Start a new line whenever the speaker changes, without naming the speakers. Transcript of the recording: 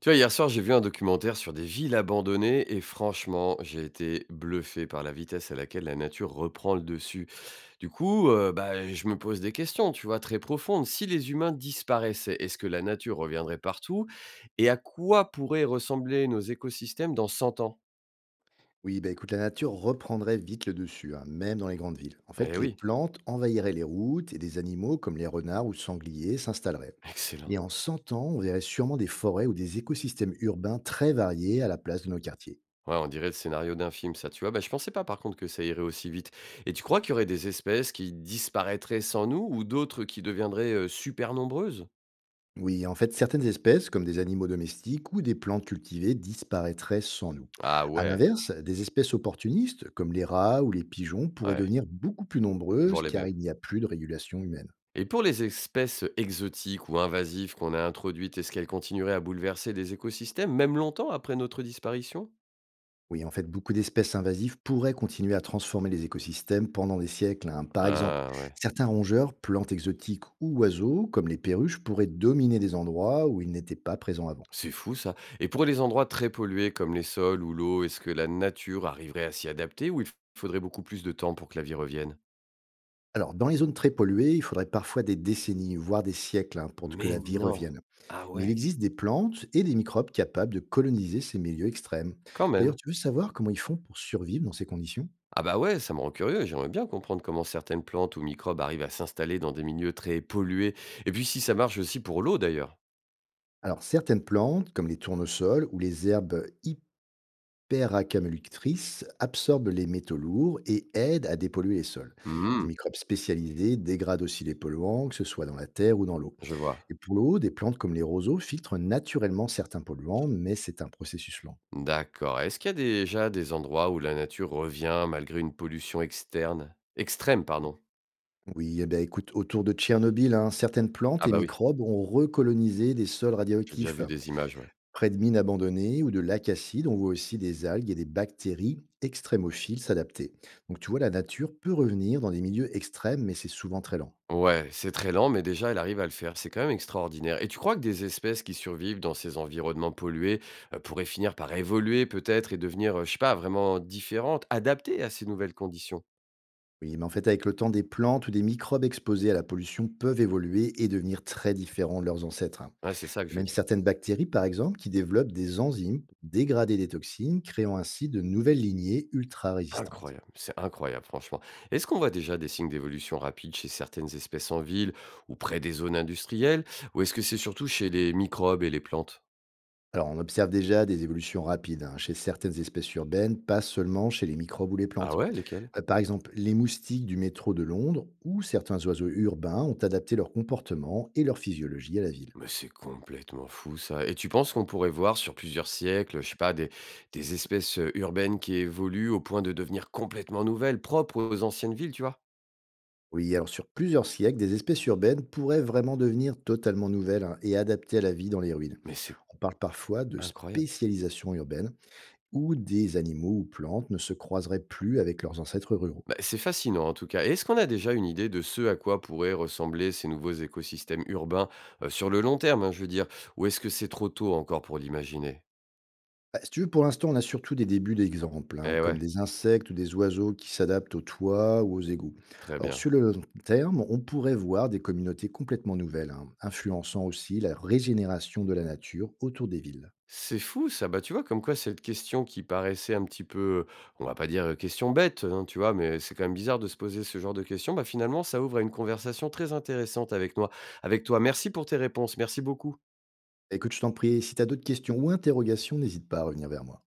Tu vois, hier soir, j'ai vu un documentaire sur des villes abandonnées et franchement, j'ai été bluffé par la vitesse à laquelle la nature reprend le dessus. Du coup, je me pose des questions, tu vois, très profondes. Si les humains disparaissaient, est-ce que la nature reviendrait partout? Et à quoi pourraient ressembler nos écosystèmes dans 100 ans?
Oui, bah écoute, la nature reprendrait vite le dessus, hein, même dans les grandes villes. En fait,
Eh
les
oui,
plantes envahiraient les routes et des animaux comme les renards ou sangliers s'installeraient.
excellent.
Et en 100 ans, on verrait sûrement des forêts ou des écosystèmes urbains très variés à la place de nos quartiers.
Ouais, on dirait le scénario d'un film, ça, tu vois. Bah, je pensais pas, par contre, que ça irait aussi vite. Et tu crois qu'il y aurait des espèces qui disparaîtraient sans nous ou d'autres qui deviendraient super nombreuses?
Oui, en fait, certaines espèces, comme des animaux domestiques ou des plantes cultivées, disparaîtraient sans nous.
Ah
À
ouais,
l'inverse, des espèces opportunistes, comme les rats ou les pigeons, pourraient
ouais.
devenir beaucoup plus
Toujours
nombreuses
les
car
mêmes.
il n'y a plus de régulation humaine.
Et pour les espèces exotiques ou invasives qu'on a introduites, est-ce qu'elles continueraient à bouleverser des écosystèmes, même longtemps après notre disparition?
Oui, en fait, beaucoup d'espèces invasives pourraient continuer à transformer les écosystèmes pendant des siècles, hein. Par exemple,
Ah ouais,
certains rongeurs, plantes exotiques ou oiseaux, comme les perruches, pourraient dominer des endroits où ils n'étaient pas présents avant.
c'est fou ça. Et pour les endroits très pollués comme les sols ou l'eau, est-ce que la nature arriverait à s'y adapter ou il faudrait beaucoup plus de temps pour que la vie revienne?
Alors, dans les zones très polluées, il faudrait parfois des décennies, voire des siècles, hein, pour que
Mais
la vie
non.
revienne.
Ah
Mais il
ouais,
existe des plantes et des microbes capables de coloniser ces milieux extrêmes.
quand même.
D'ailleurs, tu veux savoir comment ils font pour survivre dans ces conditions?
Ah bah ouais, ça me rend curieux, j'aimerais bien comprendre comment certaines plantes ou microbes arrivent à s'installer dans des milieux très pollués. Et puis si ça marche aussi pour l'eau d'ailleurs.
Alors, certaines plantes, comme les tournesols ou les herbes peracaméloctrices, absorbent les métaux lourds et aident à dépolluer les sols. Des
Mhm,
microbes spécialisés dégradent aussi les polluants, que ce soit dans la terre ou dans l'eau.
je vois.
Et pour l'eau, des plantes comme les roseaux filtrent naturellement certains polluants, mais c'est un processus lent.
D'accord. Est-ce qu'il y a déjà des endroits où la nature revient malgré une pollution externe extrême, pardon?
Oui, eh ben, écoute, autour de Tchernobyl, hein, certaines plantes
Ah
et
bah oui,
microbes ont recolonisé des sols
j'ai déjà
radioactifs.
vu des images, ouais.
Près de mines abandonnées ou de lacs acides, on voit aussi des algues et des bactéries extrémophiles s'adapter. Donc tu vois, la nature peut revenir dans des milieux extrêmes, mais c'est souvent très lent.
Ouais, c'est très lent, mais déjà, elle arrive à le faire. C'est quand même extraordinaire. Et tu crois que des espèces qui survivent dans ces environnements pollués pourraient finir par évoluer peut-être et devenir, je sais pas, vraiment différentes, adaptées à ces nouvelles conditions?
Oui, mais en fait, avec le temps, des plantes ou des microbes exposés à la pollution peuvent évoluer et devenir très différents de leurs ancêtres, hein.
Ouais, c'est ça que
Il y
je
a
veux
même
dire.
certaines bactéries, par exemple, qui développent des enzymes pour dégrader des toxines, créant ainsi de nouvelles lignées ultra résistantes.
Incroyable, c'est incroyable franchement. Est-ce qu'on voit déjà des signes d'évolution rapide chez certaines espèces en ville ou près des zones industrielles? Ou est-ce que c'est surtout chez les microbes et les plantes?
Alors, on observe déjà des évolutions rapides, hein, chez certaines espèces urbaines, pas seulement chez les microbes ou les
Ah
plantes.
ouais, lesquels?
Par exemple, les moustiques du métro de Londres ou certains oiseaux urbains ont adapté leur comportement et leur physiologie à la ville.
Mais c'est complètement fou ça. Et tu penses qu'on pourrait voir sur plusieurs siècles, je sais pas, des espèces urbaines qui évoluent au point de devenir complètement nouvelles, propres aux anciennes villes, tu vois?
Oui, alors sur plusieurs siècles, des espèces urbaines pourraient vraiment devenir totalement nouvelles, hein, et adaptées à la vie dans les ruines.
Mais c'est
On parle parfois de
incroyable.
spécialisation urbaine, où des animaux ou plantes ne se croiseraient plus avec leurs ancêtres ruraux.
Bah, c'est fascinant en tout cas. Et est-ce qu'on a déjà une idée de ce à quoi pourraient ressembler ces nouveaux écosystèmes urbains sur le long terme, hein, je veux dire? Ou est-ce que c'est trop tôt encore pour l'imaginer?
Bah, si tu veux, pour l'instant, on a surtout des débuts d'exemples, hein,
Eh
comme
ouais,
des insectes ou des oiseaux qui s'adaptent aux toits ou aux égouts.
très
Alors
bien.
sur le long terme, on pourrait voir des communautés complètement nouvelles, hein, influençant aussi la régénération de la nature autour des villes.
C'est fou ça, bah tu vois, comme quoi cette question qui paraissait un petit peu, on va pas dire question bête, hein, tu vois, mais c'est quand même bizarre de se poser ce genre de questions, bah finalement ça ouvre à une conversation très intéressante avec moi, avec toi. Merci pour tes réponses, merci beaucoup.
Écoute, je t'en prie, si tu as d'autres questions ou interrogations, n'hésite pas à revenir vers moi.